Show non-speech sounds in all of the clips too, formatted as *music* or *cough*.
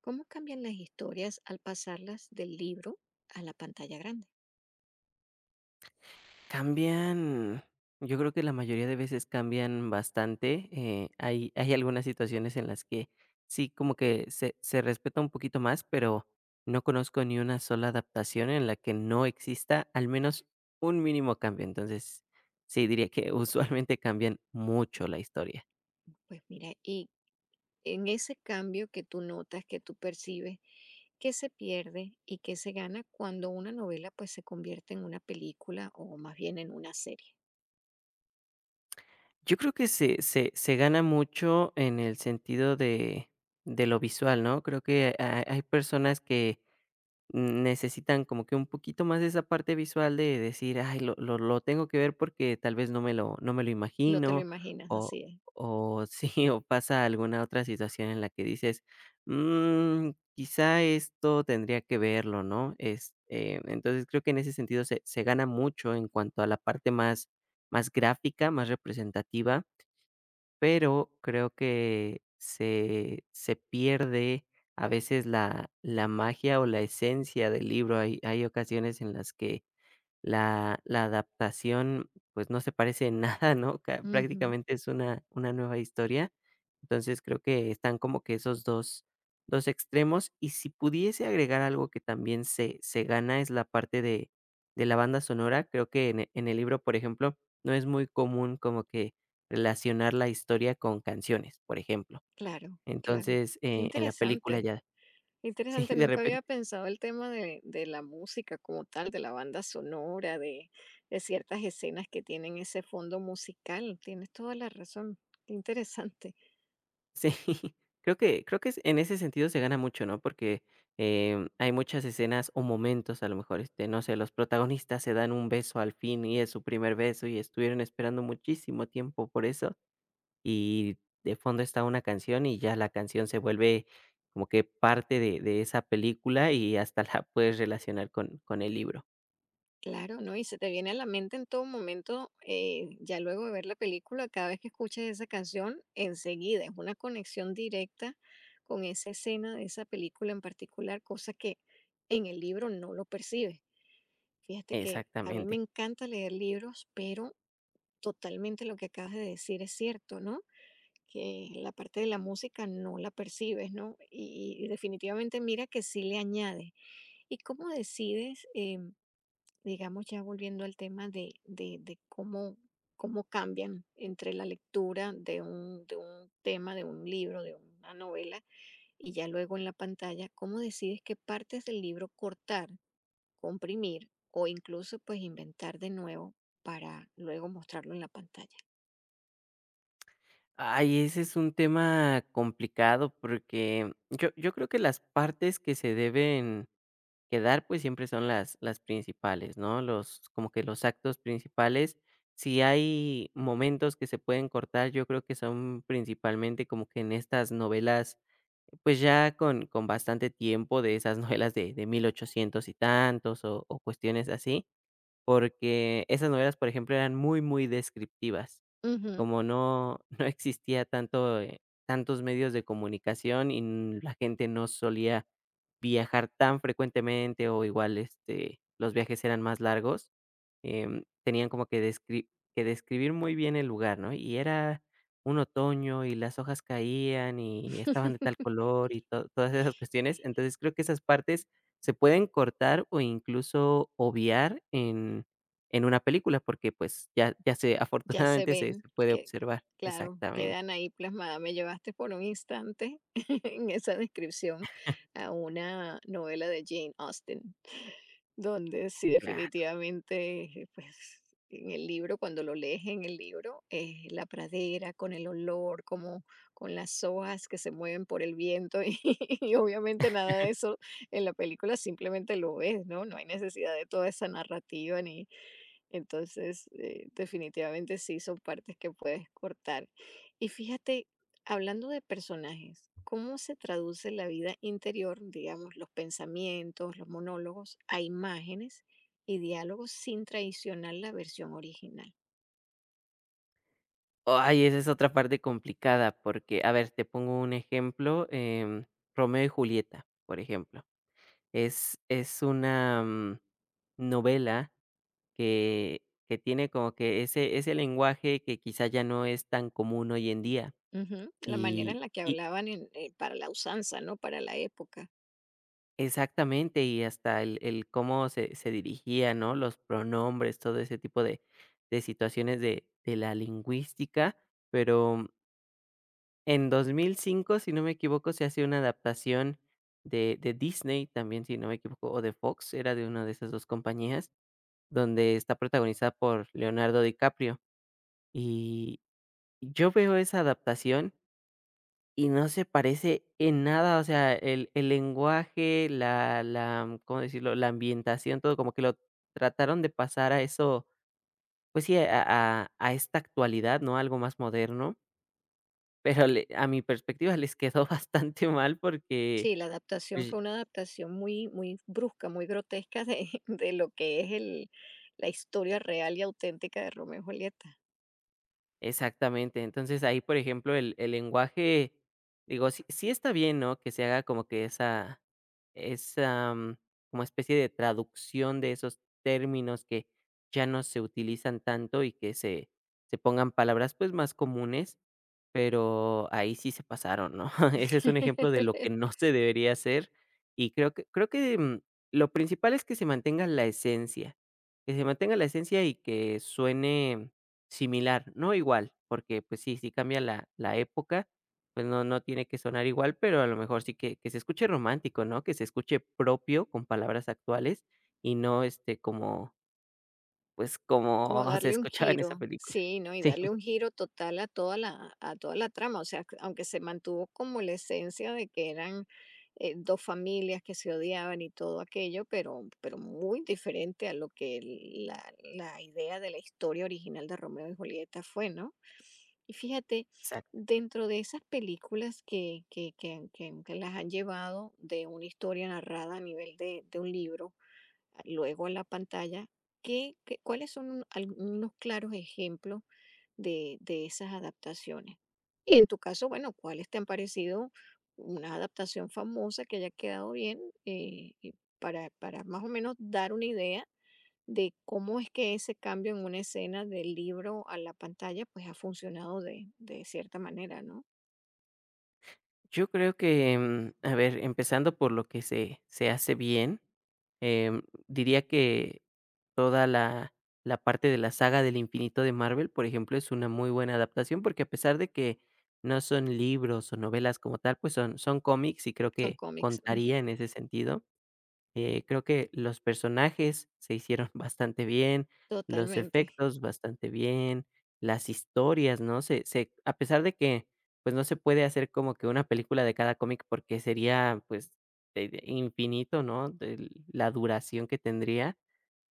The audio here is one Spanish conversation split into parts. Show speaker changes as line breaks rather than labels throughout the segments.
¿Cómo cambian las historias al pasarlas del libro a la pantalla grande?
Cambian, yo creo que la mayoría de veces cambian bastante. Hay algunas situaciones en las que sí, como que se respeta un poquito más, pero no conozco ni una sola adaptación en la que no exista al menos un mínimo cambio. Entonces, sí, diría que *laughs* usualmente cambian mucho la historia.
Pues mira, y en ese cambio que tú notas, que tú percibes, ¿qué se pierde y qué se gana cuando una novela pues se convierte en una película o más bien en una serie?
Yo creo que se gana mucho en el sentido de lo visual, ¿no? Creo que hay personas que necesitan como que un poquito más de esa parte visual de decir: "Ay, lo tengo que ver porque tal vez no me lo
No te lo
imagino",
imaginas,
o
así es.
o *laughs* sí, o pasa alguna otra situación en la que dices: "Mm, Quizá esto tendría que verlo", ¿no? Este, entonces creo que en ese sentido se gana mucho en cuanto a la parte más gráfica, más representativa. Pero creo que se pierde a veces la magia o la esencia del libro. Hay ocasiones en las que la adaptación, pues, no se parece en nada, ¿no? Ca
Ujú.
Prácticamente es una nueva historia. Entonces, creo que están como que esos dos extremos. Y si pudiese agregar algo que también se gana, es la parte de la banda sonora. Creo que en el libro, por ejemplo, no es muy común como que relacionar la historia con canciones, por ejemplo.
Claro, claro.
Entonces,
Qué
en la película
interesante.
ya *laughs* sí,
Interesante,
de
nunca había
repente.
pensado el tema de la música como tal, de la banda sonora, de ciertas escenas que tienen ese fondo musical. Tienes toda la razón. Qué interesante.
Sí, *laughs* creo que es en ese sentido se gana mucho, ¿no? Porque, hay muchas escenas o momentos, a lo mejor, este, no sé, los protagonistas se dan un beso al fin y es su primer beso y estuvieron esperando muchísimo tiempo por eso, y de fondo está una canción y ya la canción se vuelve como que parte de esa película y hasta *laughs* la puedes relacionar con el libro.
Claro, ¿no? Y se te viene a la mente en todo momento, ya luego de ver la película, cada vez que escuches esa canción, enseguida es una conexión directa con esa escena de esa película en particular, cosa que en el libro no lo percibes. Fíjate que a mí me
Exactamente.
encanta leer libros, pero totalmente lo que acabas de decir es cierto, ¿no? Que la parte de la música no la percibes, ¿no? Y definitivamente mira que sí le añade. ¿Y cómo decides, digamos, ya volviendo al tema de cómo, cómo cambian entre la lectura de un tema, de un libro, de una novela, y ya luego en la pantalla, cómo decides qué partes del libro cortar, comprimir o incluso pues inventar de nuevo para luego mostrarlo en la pantalla?
Ay, ese es un tema complicado porque yo creo que las partes que se deben quedar, pues, siempre son las principales, ¿no? Los como que los actos principales. Si hay momentos que se pueden cortar, yo creo que son principalmente como que en estas novelas, pues, ya con bastante tiempo de esas *laughs* novelas de 1800 y tantos, o cuestiones así. Porque esas novelas, por ejemplo, eran muy, muy descriptivas.
Ujú.
Como no *laughs* no existía tanto, tantos medios de comunicación y n la gente no solía viajar tan frecuentemente o igual, este, los viajes eran más largos. Tenían como que descri que describir muy bien el lugar, ¿no? Y era un otoño y las hojas caían y estaban de tal
*laughs*
color y to todas esas cuestiones. Entonces, creo que esas partes se pueden cortar o incluso obviar en una película, porque, pues, ya se
Ya
*laughs*
se
afortunadamente se
ven,
se puede
que
observar.
claro,
Exactamente,
quedan ahí plasmadas. Me llevaste por un instante *laughs* en esa descripción a una novela de Jane Austen, donde sí
claro.
definitivamente, pues, en el libro, cuando lo lees en el libro, la pradera con el olor, como con las hojas que se mueven por el viento *laughs* y, obviamente nada de eso en la película, simplemente lo ves, ¿no? No hay necesidad de toda esa narrativa ni, entonces, definitivamente sí son partes que puedes cortar. Y fíjate, hablando de personajes, ¿cómo se traduce la vida interior, digamos, los pensamientos, los monólogos, a imágenes y diálogos sin traicionar la versión original?
Ay, esa es otra parte complicada, porque, a ver, te pongo un ejemplo, Romeo y Julieta, por ejemplo. Es una, novela que tiene como que ese lenguaje que quizá ya no es tan común hoy en día,
Ujú. La manera en
y
la que
y
hablaban para la usanza, ¿no? Para la época.
exactamente, y hasta el cómo se dirigía, ¿no? Los pronombres, todo ese tipo de situaciones de la lingüística, pero en 2005 si no me equivoco, se hace una adaptación de Disney también, si no me equivoco, o de Fox, era de una de esas 2 compañías, donde está protagonizada por Leonardo DiCaprio. Y yo veo esa adaptación y no se parece en nada, o sea, el lenguaje, la ¿cómo decirlo?, la ambientación, todo como que lo trataron de pasar a eso, pues sí, a a esta actualidad, ¿no?, algo más moderno, pero le a mi perspectiva les quedó *laughs* bastante mal porque,
Sí, la adaptación
pues.
fue una adaptación muy, muy brusca, muy grotesca de, *laughs* de lo que es el, la historia real y auténtica de Romeo y Julieta.
Exactamente. Entonces, ahí, por ejemplo, el lenguaje, digo, sí está bien, ¿no?, que se haga como que esa esa, como especie de traducción de esos términos que ya no se utilizan tanto y que se pongan palabras, pues, más comunes, pero ahí sí se pasaron, ¿no? *laughs* Ese es un ejemplo de lo que no
*laughs*
se debería hacer, y creo que lo principal es que se mantenga la esencia, que se mantenga la esencia y que suene similar, no igual, porque, pues sí, sí cambia la época, pues no tiene que sonar igual, pero a lo mejor sí que se escuche romántico, ¿no? Que se escuche propio con palabras actuales y no, este, como, pues,
Como
como *laughs* se
darle un
escuchaba en esa
giro,
película.
sí, ¿no? Y
Sí,
darle un giro total a toda la trama. O sea, aunque se mantuvo como la esencia de que eran dos familias que se odiaban y todo aquello, pero muy diferente a lo que la, la idea de la historia original de Romeo y Julieta fue, ¿no? Y fíjate,
exacto.
dentro de esas películas que las han llevado de una historia narrada a nivel de un libro, luego en la pantalla, ¿ cuáles son algunos claros ejemplos de esas adaptaciones? Y en tu caso, bueno, ¿cuáles te han parecido una adaptación famosa que haya quedado bien, y para más o menos dar una idea de cómo es que ese cambio en una escena del libro a la pantalla pues ha funcionado de cierta manera, ¿no?
Yo creo que, a ver, empezando por lo que se hace bien, diría que toda la parte de la saga del infinito de Marvel, por ejemplo, es una muy buena adaptación, porque a pesar de que no son libros o novelas como tal, pues son cómics y creo
Son
que
cómics, ujú,
contaría en ese sentido. Creo que los personajes se hicieron *laughs* bastante bien, los
totalmente.
efectos bastante bien, las historias, ¿no? Se a pesar de que, pues, no se puede hacer como que una película de cada cómic porque sería, pues, infinito, ¿no? De la duración que tendría,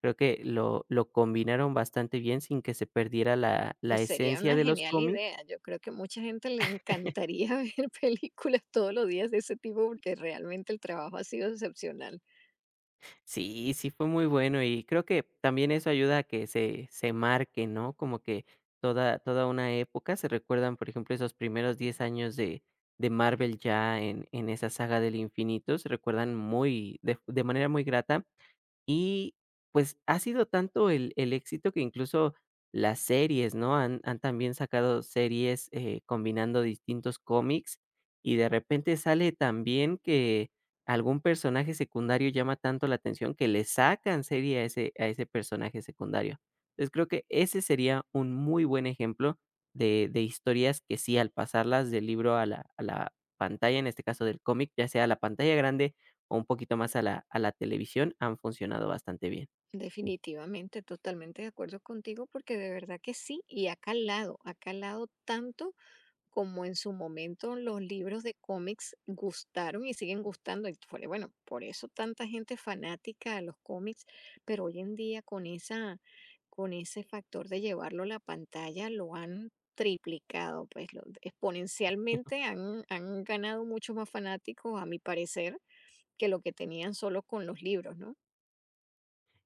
creo que lo combinaron bastante bien sin que se perdiera la
Pues
la
sería
esencia
una
de los
genial
cómics.
idea. Yo creo que mucha gente le encantaría *laughs* ver películas todos los días de ese tipo porque realmente el trabajo ha sido excepcional.
Sí, sí fue muy bueno, y creo que también eso ayuda a que se marque, ¿no? Como que toda una época se recuerdan, por ejemplo, esos primeros 10 años de Marvel ya en esa saga del infinito, se recuerdan muy de manera muy grata. Y, pues, ha sido tanto el éxito que incluso las series, ¿no? Han también sacado series, combinando distintos cómics, y de repente sale también que algún personaje secundario llama tanto la atención que le sacan serie a ese personaje secundario. Entonces, creo que ese sería un muy buen ejemplo de historias que sí, al pasarlas del libro a la pantalla, en este caso del cómic, ya sea a la pantalla grande o un poquito más a la televisión, han funcionado bastante bien.
Definitivamente, totalmente de acuerdo contigo porque de verdad que sí. Y ha calado tanto como en su momento los libros de cómics gustaron y siguen gustando. Y fue, bueno, por eso tanta gente fanática a los cómics, pero hoy en día con esa, con ese factor de llevarlo a la pantalla lo han triplicado, pues exponencialmente han, han ganado muchos más fanáticos, a mi parecer, que lo que tenían solo con los libros, ¿no?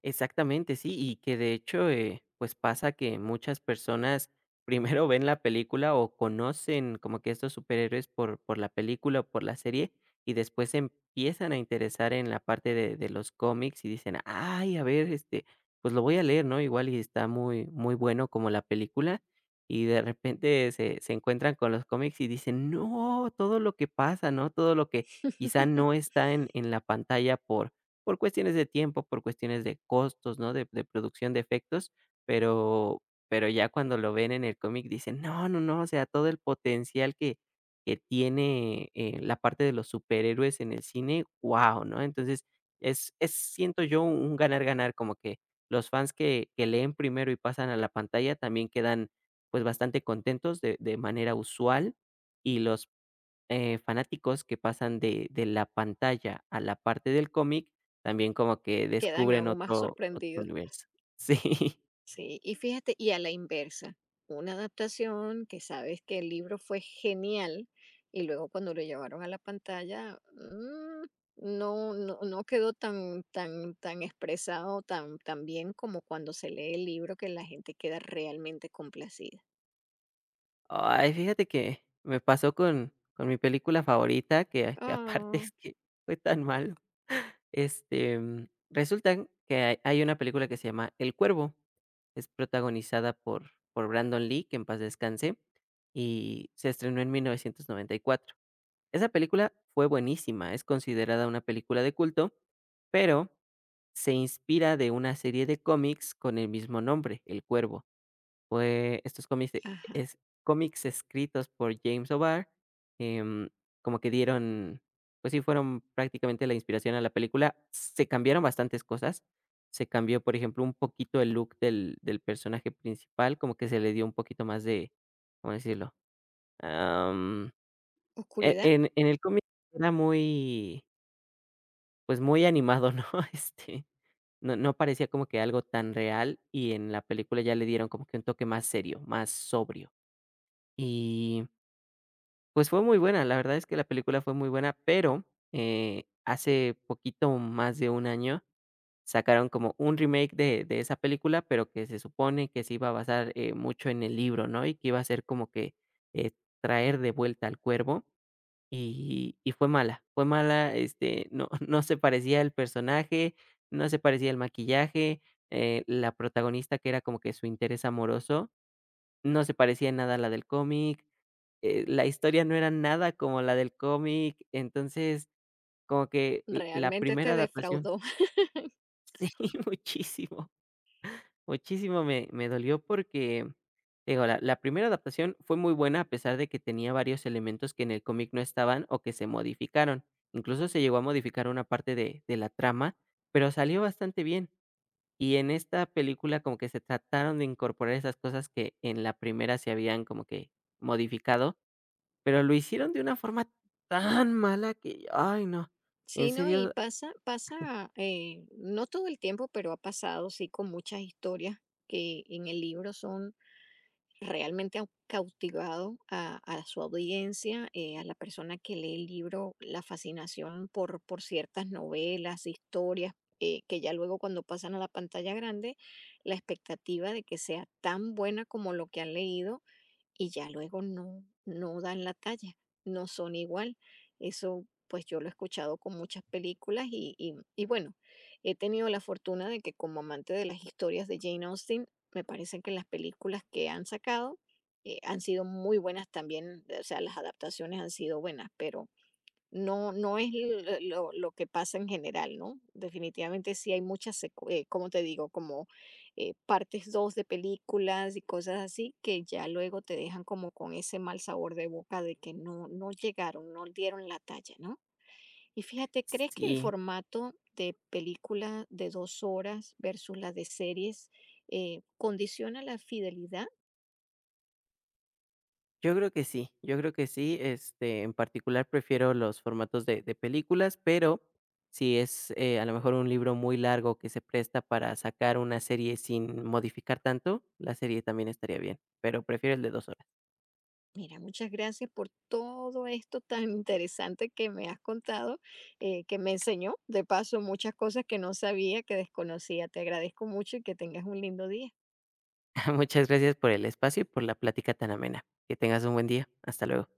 Exactamente, sí, y que de hecho, pues pasa que muchas personas *laughs* primero ven la película o conocen como que estos superhéroes por la película o por la serie y después se empiezan a interesar en la parte de los cómics y dicen, ay, a ver, este, pues lo voy a leer, ¿no? Igual y está muy, muy bueno como la película y de repente se encuentran con los cómics y dicen, no, todo lo que pasa, ¿no? Todo lo que quizá
*laughs*
no está en la pantalla por cuestiones de tiempo, por cuestiones de costos, ¿no? De producción de efectos, pero pero ya cuando lo ven en el cómic dicen: "No, no, no", o sea, todo el potencial que tiene, la parte de los superhéroes en el cine, guau, ¿no? Entonces, es, siento yo, un ganar-ganar, como que los fans que leen primero y pasan a la pantalla también quedan, pues, bastante contentos de manera usual, y los fanáticos que pasan de la pantalla a la parte del cómic, también como que
Quedan
descubren
aún más
otro
sorprendidos.
universo. *laughs* Sí.
Sí, y fíjate, y a la inversa, una adaptación que sabes que el libro fue genial y luego cuando lo llevaron a la pantalla, no, no, no quedó tan, tan, tan expresado, tan, tan bien como cuando se lee el libro que la gente queda realmente complacida.
Ay, fíjate que me pasó con mi película favorita, que aparte
Oh,
es que fue tan malo. Este, resulta que hay una película que se llama El Cuervo, es protagonizada por Brandon Lee, que en paz descanse, y se estrenó en 1994. Esa película fue buenísima, es considerada una película de culto, pero se inspira de una serie de cómics con el mismo nombre, El Cuervo. Fue estos cómics,
ajá,
es, cómics escritos por James O'Barr, em, como que dieron, pues sí, fueron prácticamente la inspiración a la película. Se cambiaron bastantes cosas. Se cambió, por ejemplo, un poquito el look del personaje principal, como que se le dio un poquito más de, ¿cómo decirlo? E
oscuridad.
en en el cómic era muy, pues, muy animado, ¿no? *laughs* Este, no parecía como que algo tan real, y en la película ya le dieron como que un toque más serio, más sobrio. Y, pues, fue muy buena, la verdad es que la película fue muy buena, pero, hace poquito más de un año sacaron como un remake de esa película, pero que se supone que se iba a basar, mucho en el libro, ¿no? Y que iba a ser como que, eh, traer de vuelta al cuervo. Y fue mala, este, no *laughs* no se parecía el personaje, no se parecía el maquillaje, la protagonista, que era como que su interés amoroso, no se parecía en nada a la del cómic, la historia no era nada como la del cómic, entonces, como que l la
Realmente
primera
te
adaptación
defraudó. *laughs*
*laughs* sí, muchísimo. Muchísimo me dolió porque, digo, la primera adaptación fue muy buena, a pesar de que tenía varios elementos que en el cómic no estaban o que se modificaron. Incluso se llegó a modificar una parte de la trama, pero salió bastante bien. Y en esta película como que se trataron de incorporar esas cosas que en la primera se habían como que modificado, pero lo hicieron de una forma tan mala que, ay no, en
Sí, ¿no? Y
serio,
pasa, pasa, no todo el tiempo, pero ha pasado, sí, con muchas historias que en el libro son realmente ha cautivado a su audiencia, a la persona que lee el libro, la fascinación por ciertas novelas, historias, que ya luego cuando pasan a la pantalla grande, la expectativa de que sea tan buena como lo que han leído y ya luego no, no dan la talla, no son igual. Eso pues yo lo he escuchado con muchas películas y bueno, he tenido la fortuna de que como amante de las historias de Jane Austen, me parece que las películas que han sacado, han sido muy buenas también, o sea, las adaptaciones han sido buenas, pero no, no es l lo que pasa en general, ¿no? Definitivamente sí hay muchas secu, ¿cómo te digo? Como, partes 2 de películas y cosas así que ya luego te dejan como con ese mal sabor de boca de que no no llegaron, no dieron la talla, ¿no? Y fíjate, ¿crees que el
sí.
formato de película de 2 horas versus la de series, condiciona la fidelidad?
Yo creo que sí, yo creo que sí, este, en particular prefiero los formatos de películas, pero si es, a lo mejor un libro muy largo que se presta para sacar una serie sin modificar tanto, la serie también estaría bien, pero prefiero el de 2 horas.
Mira, muchas gracias por todo esto tan interesante que me has contado, que me enseñó, de paso, muchas cosas que no sabía, que desconocía. Te agradezco mucho y que tengas un lindo día.
*laughs* Muchas gracias por el espacio y por la plática tan amena. Que tengas un buen día. Hasta luego.